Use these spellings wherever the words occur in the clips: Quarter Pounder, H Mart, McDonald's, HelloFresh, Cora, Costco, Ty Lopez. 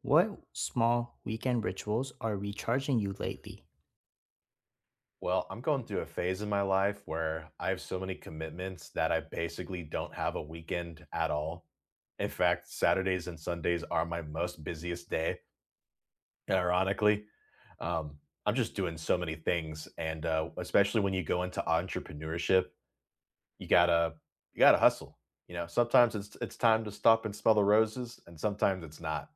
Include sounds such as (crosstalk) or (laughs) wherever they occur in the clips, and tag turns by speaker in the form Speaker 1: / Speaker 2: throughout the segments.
Speaker 1: What small weekend rituals are recharging you lately?
Speaker 2: Well, I'm going through a phase in my life where I have so many commitments that I basically don't have a weekend at all. In fact, Saturdays and Sundays are my most busiest day, ironically. Um, I'm just doing so many things, and especially when you go into entrepreneurship, you gotta you gotta hustle. You know, sometimes it's time to stop and smell the roses, and sometimes it's not.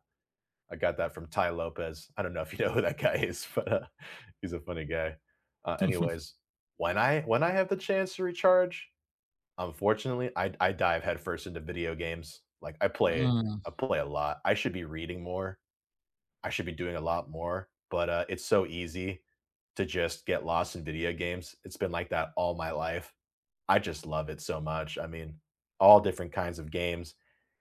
Speaker 2: I got that from Ty Lopez. I don't know if you know who that guy is, (laughs) but, he's a funny guy.
Speaker 1: (laughs)
Speaker 2: Anyways, when I have the chance to recharge, unfortunately, I dive headfirst into video games. Like,
Speaker 1: Mm.
Speaker 2: I play a lot. I should be reading more, I should be doing a lot more, but, it's so easy to just get lost in video games. It's been like that all my life. I just love it so much. I mean, all different kinds of games,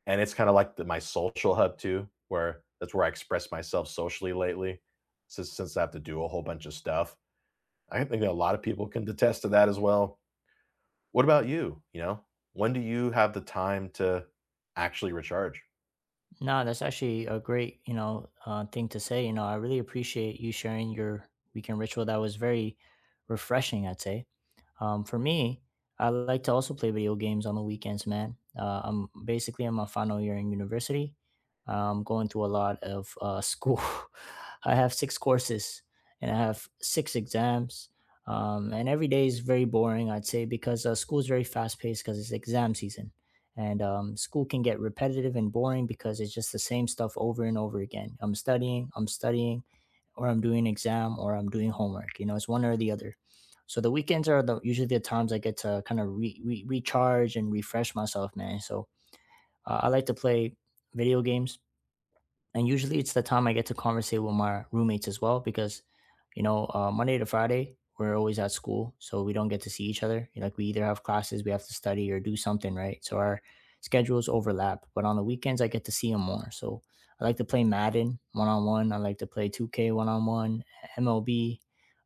Speaker 2: and it's kinda like the my social hub too, where that's where I express myself socially lately since I have to do a whole bunch of stuff. I think that a lot of people can detest to that as well. What about you, you know? When do you have the time to actually recharge?
Speaker 1: No, that's actually a great, thing to say. You know, I really appreciate you sharing your weekend ritual. That was very refreshing, I'd say. For me, I like to also play video games on the weekends, man. I'm basically in my final year in university. I'm going through a lot of school. (laughs) I have six courses and I have six exams. And every day is very boring, I'd say, because school is very fast paced because it's exam season. And school can get repetitive and boring because it's just the same stuff over and over again. I'm studying, or I'm doing an exam, or I'm doing homework. You know, it's one or the other. So the weekends are the usually the times I get to kind of recharge and refresh myself, man. So I like to play video games, and usually it's the time I get to conversate with my roommates as well because, Monday to Friday we're always at school, so we don't get to see each other. Like we either have classes, we have to study or do something, right? So our schedules overlap. But on the weekends, I get to see them more. So I like to play Madden one on one. I like to play 2K one on one, MLB,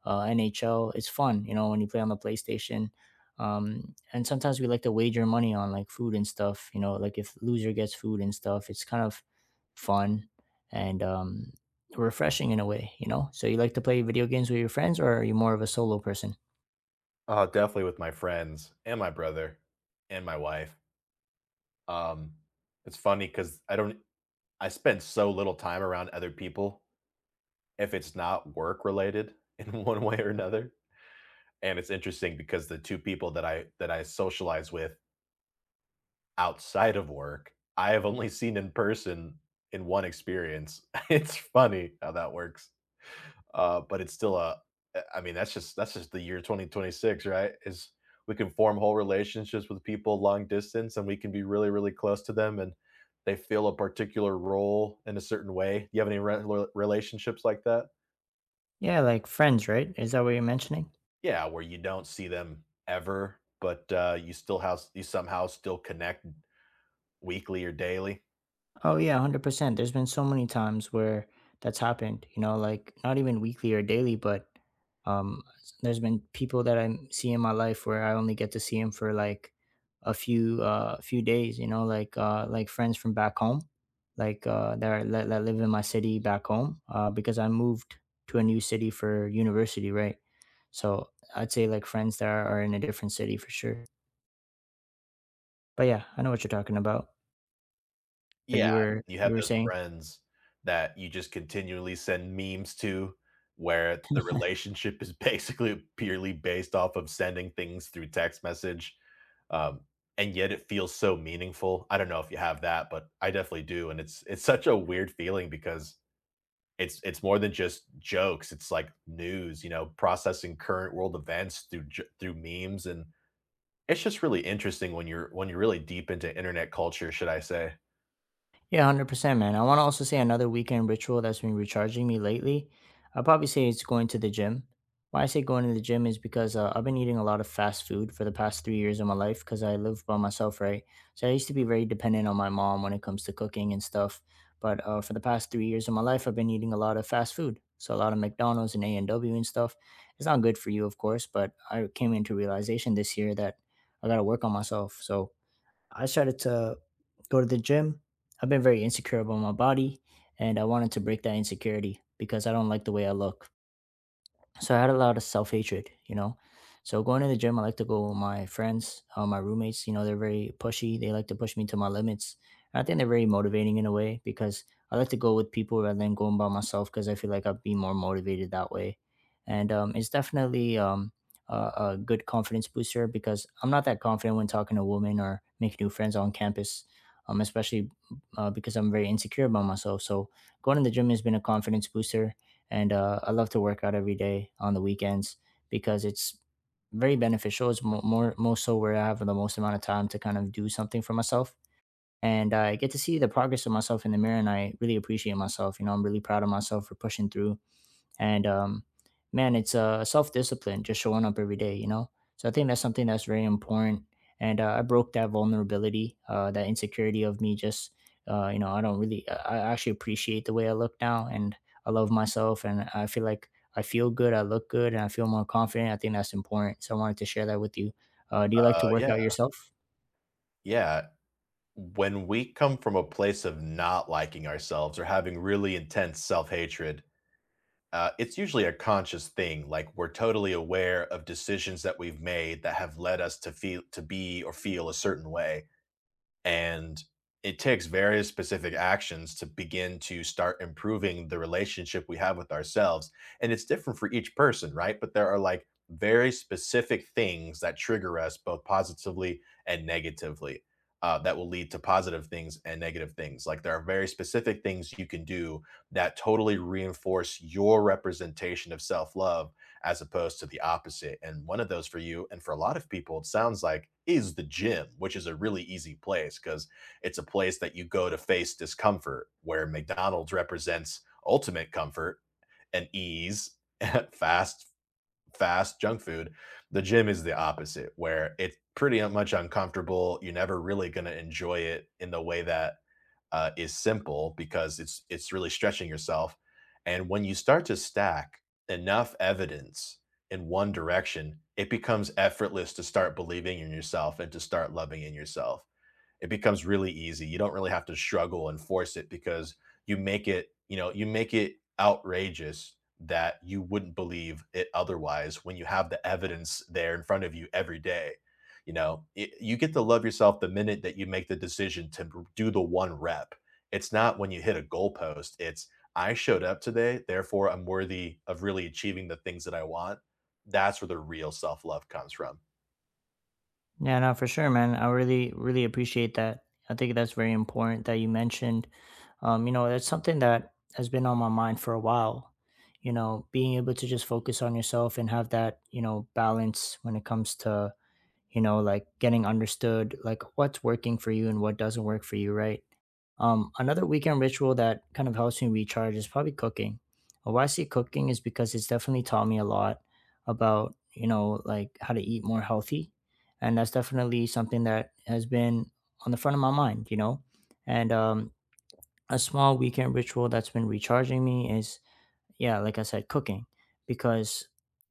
Speaker 1: NHL. It's fun, you know, when you play on the PlayStation. And sometimes we like to wager money on like food and stuff. You know, like if loser gets food and stuff, it's kind of fun and refreshing in a way, you know? So you like to play video games with your friends, or are you more of a solo person?
Speaker 2: Definitely with my friends and my brother and my wife. Um, it's funny because I don't I spend so little time around other people if it's not work related (laughs) in one way or another. And it's interesting because the two people that I socialize with outside of work, I have only seen in person in one experience. (laughs) It's funny how that works. But it's still a. eh, I mean, that's just the year 2026, right? Is we can form whole relationships with people long distance and we can be really, really close to them and they feel a particular role in a certain way. You have any relationships like that?
Speaker 1: Yeah, like friends, right? Is that what you're mentioning?
Speaker 2: Yeah, where you don't see them ever, but you still have you somehow still connect weekly or daily.
Speaker 1: Oh yeah, 100%. There's been so many times where that's happened, you know, like not even weekly or daily, but um there's been people that I see in my life where I only get to see them for like a few few days, you know, like friends from back home, like that live in my city back home because I moved to a new city for university, right? So I'd say like friends that are in a different city for sure. But yeah, I know what you're talking about. But
Speaker 2: Yeah,
Speaker 1: you were
Speaker 2: you have
Speaker 1: you were
Speaker 2: those
Speaker 1: saying
Speaker 2: friends that you just continually send memes to, where the relationship is (laughs) basically purely based off of sending things through text message, um, and yet it feels so meaningful. I don't know if you have that, but I definitely do, and it's such a weird feeling because it's more than just jokes, it's like news, you know, processing current world events through j through memes, and it's just really interesting when you're really deep into internet culture, should I say.
Speaker 1: Yeah, 100%, man. I want to also say another weekend ritual that's been recharging me lately. I'll probably say it's going to the gym. Why I say going to the gym is because I've been eating a lot of fast food for the past 3 years of my life because I live by myself, right? So I used to be very dependent on my mom when it comes to cooking and stuff. But for the past 3 years of my life, I've been eating a lot of fast food. So a lot of McDonald's and A&W and W and stuff. It's not good for you, of course, but I came into realization this year that I got to work on myself. So I started to go to the gym. I've been very insecure about my body, and I wanted to break that insecurity because I don't like the way I look, so I had a lot of self hatred, you know. So going to the gym, I like to go with my friends, my roommates. You know, they're very pushy. They like to push me to my limits. And I think they're very motivating in a way because I like to go with people rather than going by myself because I feel like I'd be more motivated that way. And it's definitely a good confidence booster because I'm not that confident when talking to women or making new friends on campus, especially because I'm very insecure about myself. So going to the gym has been a confidence booster, and I love to work out every day on the weekends because it's very beneficial. It's more most so where I have the most amount of time to kind of do something for myself, and I get to see the progress of myself in the mirror, and I really appreciate myself. You know, I'm really proud of myself for pushing through, and man, it's self-discipline, just showing up every day, you know, so I think that's something that's very important. And I broke that vulnerability, that insecurity of me just you know, I don't really I actually appreciate the way I look now, and I love myself, and I feel like I feel good, I look good, and I feel more confident. I think that's important, so I wanted to share that with you. Do you like to work
Speaker 2: Yeah,
Speaker 1: out yourself?
Speaker 2: yeah. When we come from a place of not liking ourselves or having really intense self-hatred, it's usually a conscious thing. Like we're totally aware of decisions that we've made that have led us to feel to be or feel a certain way, and it takes various specific actions to begin to start improving the relationship we have with ourselves, and it's different for each person, right? But there are like very specific things that trigger us both positively and negatively, that will lead to positive things and negative things. Like there are very specific things you can do that totally reinforce your representation of self-love as opposed to the opposite. And one of those for you and for a lot of people, it sounds like, is the gym, which is a really easy place because it's a place that you go to face discomfort, where McDonald's represents ultimate comfort and ease, (laughs) fast, fast junk food. The gym is the opposite, where it's pretty much uncomfortable. You're never really going to enjoy it in the way that is simple because it's really stretching yourself. And when you start to stack enough evidence in one direction, it becomes effortless to start believing in yourself and to start loving in yourself. It becomes really easy. You don't really have to struggle and force it because you make it, you know, you make it outrageous that you wouldn't believe it otherwise when you have the evidence there in front of you every day. You know, you get to love yourself the minute that you make the decision to do the one rep. It's not when you hit a goalpost. It's I showed up today, therefore I'm worthy of really achieving the things that I want. That's where the real self love comes from.
Speaker 1: Yeah, no, for sure, man. I really, really appreciate that. I think that's very important that you mentioned. You know, that's something that has been on my mind for a while. You know, being able to just focus on yourself and have that, you know, balance when it comes to, you know, like getting understood like what's working for you and what doesn't work for you, right? Another weekend ritual that kind of helps me recharge is probably cooking. Why I say cooking is because it's definitely taught me a lot about, you know, like how to eat more healthy, and that's definitely something that has been on the front of my mind, you know. And A small weekend ritual that's been recharging me is, yeah, like I said, cooking, because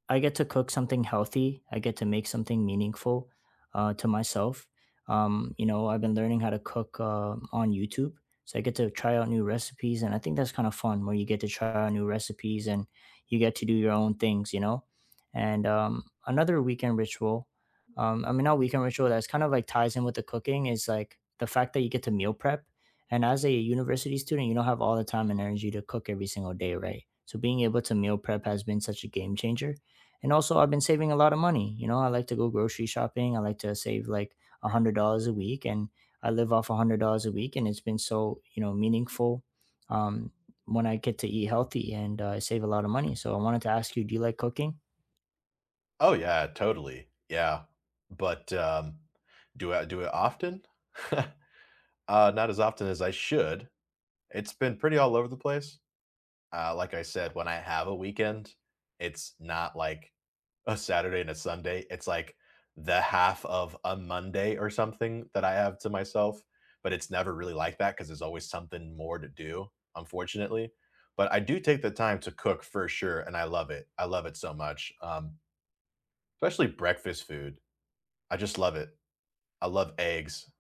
Speaker 1: I get to cook something healthy. I get to make something meaningful to myself. You know, I've been learning how to cook on YouTube, so I get to try out new recipes, and I think that's kind of fun where you get to try out new recipes and you get to do your own things. You know, and another weekend ritual. I mean, not weekend ritual. That's kind of like ties in with the cooking, is like the fact that you get to meal prep, and as a university student, you don't have all the time and energy to cook every single day, right? So being able to meal prep has been such a game changer. And also, I've been saving a lot of money. You know, I like to go grocery shopping. I like to save like $100 a week, and I live off $100 a week. And it's been so, you know, meaningful um, when I get to eat healthy, and I save a lot of money. So I wanted to ask you, do you like cooking?
Speaker 2: Oh, yeah, totally. Yeah. But, do I do it often? (laughs) Not as often as I should. It's been pretty all over the place. Like I said, when I have a weekend, it's not like a Saturday and a Sunday. It's like the half of a Monday or something that I have to myself, but it's never really like that because there's always something more to do, unfortunately. But I do take the time to cook for sure, and I love it. I love it so much, especially breakfast food. I just love it. I love eggs.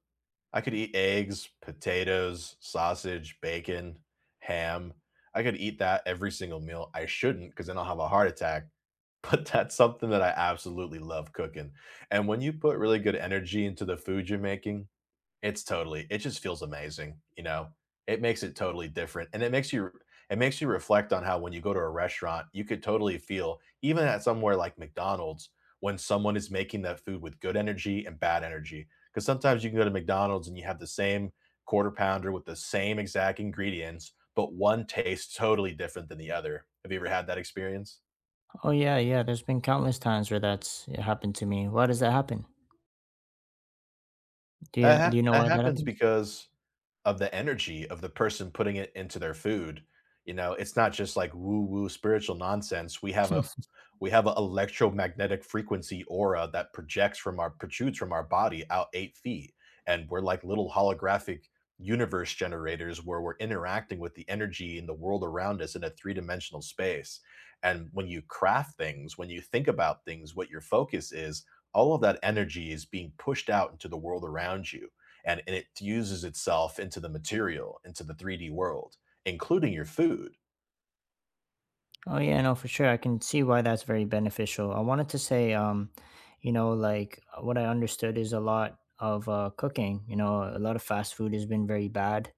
Speaker 2: I could eat eggs, potatoes, sausage, bacon, ham. I could eat that every single meal. I shouldn't because then I'll have a heart attack. (laughs) But that's something that I absolutely love cooking. And when you put really good energy into the food you're making, it's totally it just feels amazing, you know? It makes it totally different, and it makes you reflect on how when you go to a restaurant, you could totally feel even at somewhere like McDonald's, when someone is making that food with good energy and bad energy. Because sometimes you can go to McDonald's and you have the same Quarter Pounder with the same exact ingredients, but one tastes totally different than the other. Have you ever had that experience?
Speaker 1: Oh yeah, yeah. There's been countless times where that's happened to me. Why does that happen? Do
Speaker 2: That
Speaker 1: you
Speaker 2: hap
Speaker 1: do you know
Speaker 2: that
Speaker 1: why that
Speaker 2: happens
Speaker 1: happens?
Speaker 2: because of the energy of the person putting it into their food. You know, it's not just like woo-woo spiritual nonsense. We have an electromagnetic frequency aura that projects from our protrudes from our body out 8 feet. And we're like little holographic universe generators where we're interacting with the energy in the world around us in a three-dimensional space. And when you craft things, when you think about things, what your focus is, all of that energy is being pushed out into the world around you, and it fuses itself into the material, into the 3D world, including your food.
Speaker 1: Oh yeah, no, for sure. I can see why that's very beneficial. I wanted to say, you know, like what I understood is a lot of cooking. You know, a lot of fast food has been very bad.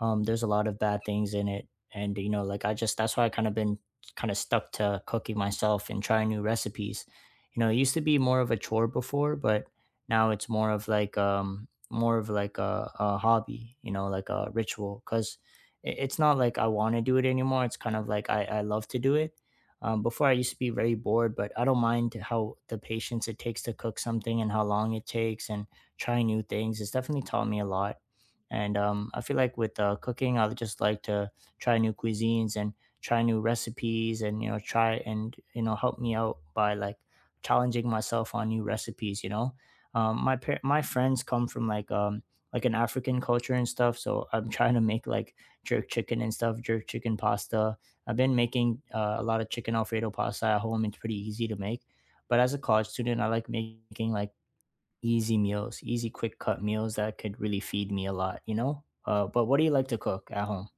Speaker 1: There's a lot of bad things in it, and you know, like I just that's why I kind of been kind of stuck to cooking myself and trying new recipes. You know, it used to be more of a chore before, but now it's more of like a hobby. You know, like a ritual because it's not like I want to do it anymore. It's kind of like I love to do it. Before I used to be very bored, but I don't mind how the patience it takes to cook something and how long it takes, and trying new things. It's definitely taught me a lot. And I feel like with cooking, I would just like to try new cuisines and try new recipes, and you know, try and you know, help me out by like challenging myself on new recipes. You know, my friends come from like an African culture and stuff, so I'm (laughs) trying to make like jerk chicken and stuff, jerk chicken pasta. I've been making a lot of chicken alfredo pasta at home. It's pretty easy to make, but as a college student, I like making like easy meals, easy quick cut meals that could really feed me a lot, you know? But what do you like to cook at home?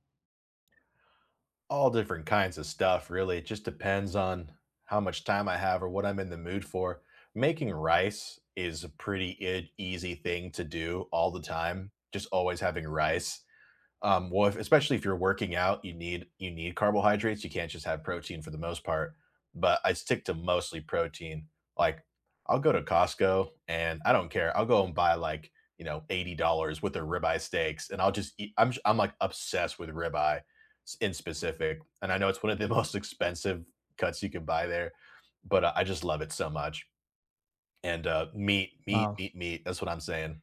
Speaker 2: All different kinds of stuff, really. It just depends on how much time I have or what I'm in the mood for. Making rice is a pretty easy thing to do all the time, just always having rice. Well, if, especially if you're working out, you need carbohydrates. You can't just have protein for the most part. But I stick to mostly protein. Like I'll go to Costco and I don't care. I'll go and buy like you know $80 with their ribeye steaks, and I'll just eat. I'm like obsessed with ribeye in specific, and I know it's one of the (laughs) most expensive cuts you can buy there, but I just love it so much. And meat, meat,
Speaker 1: Wow.
Speaker 2: meat, meat. That's what I'm saying.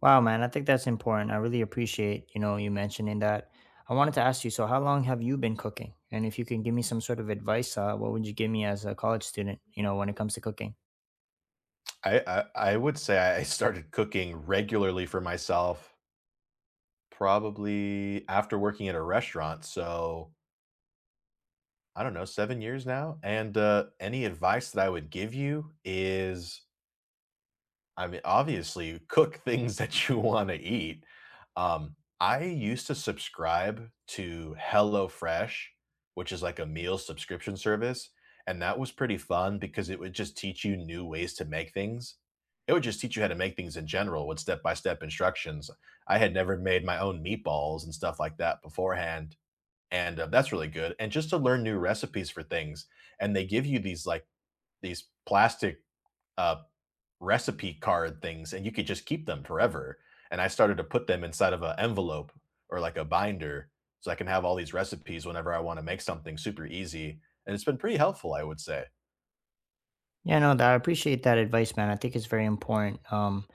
Speaker 1: Wow, man. I think that's important. I really appreciate, you know, you mentioning that. I wanted to ask you, so how long have you been cooking? And if you can give me some sort of advice, what would you give me as a college student, you know, when it comes to cooking?
Speaker 2: I, I I would say I started cooking regularly for myself probably after working at a restaurant, so I don't know, 7 years now, and, any advice that I would give you is, I mean, obviously, cook (laughs) things that you wanna eat. I used to subscribe to HelloFresh, which is like a meal subscription service, and that was pretty fun because it would just teach you new ways to make things. It would just teach you how to make things in general with step-by-step instructions. I had never made my own meatballs and stuff like that beforehand. And, that's really good, and just to learn new recipes for things, and they give you these, like, these plastic, uh, recipe card things, and you could just keep them forever, and I started to put them inside of an envelope or, like, a binder so I can have all these recipes whenever I wanna make something super easy, and it's been pretty helpful, I would say.
Speaker 1: Yeah, no, that I appreciate that advice, man. I think it's very important.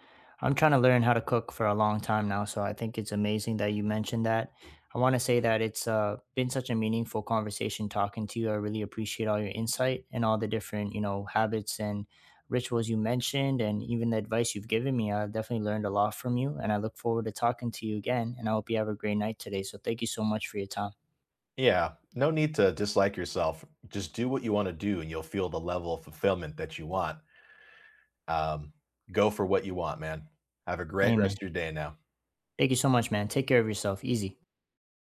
Speaker 1: I'm trying to learn how to cook for a long time now, so I think it's amazing that you mentioned that. I want to say that it's been such a meaningful conversation talking to you. I really appreciate all your insight and all the different, you know, habits and rituals you mentioned, and even the advice you've given me. I've definitely learned a lot from you, and I look forward to talking to you again. And I hope you have a great night today. So thank you so much for your time.
Speaker 2: Yeah, no need to dislike yourself. Just do what you wanna do, and you'll feel the level of fulfillment that you want. Um, Go for what you want, man. Have a great
Speaker 1: Hey,
Speaker 2: rest
Speaker 1: man.
Speaker 2: of your day now.
Speaker 1: Thank you so much, man. Take care of yourself. Easy.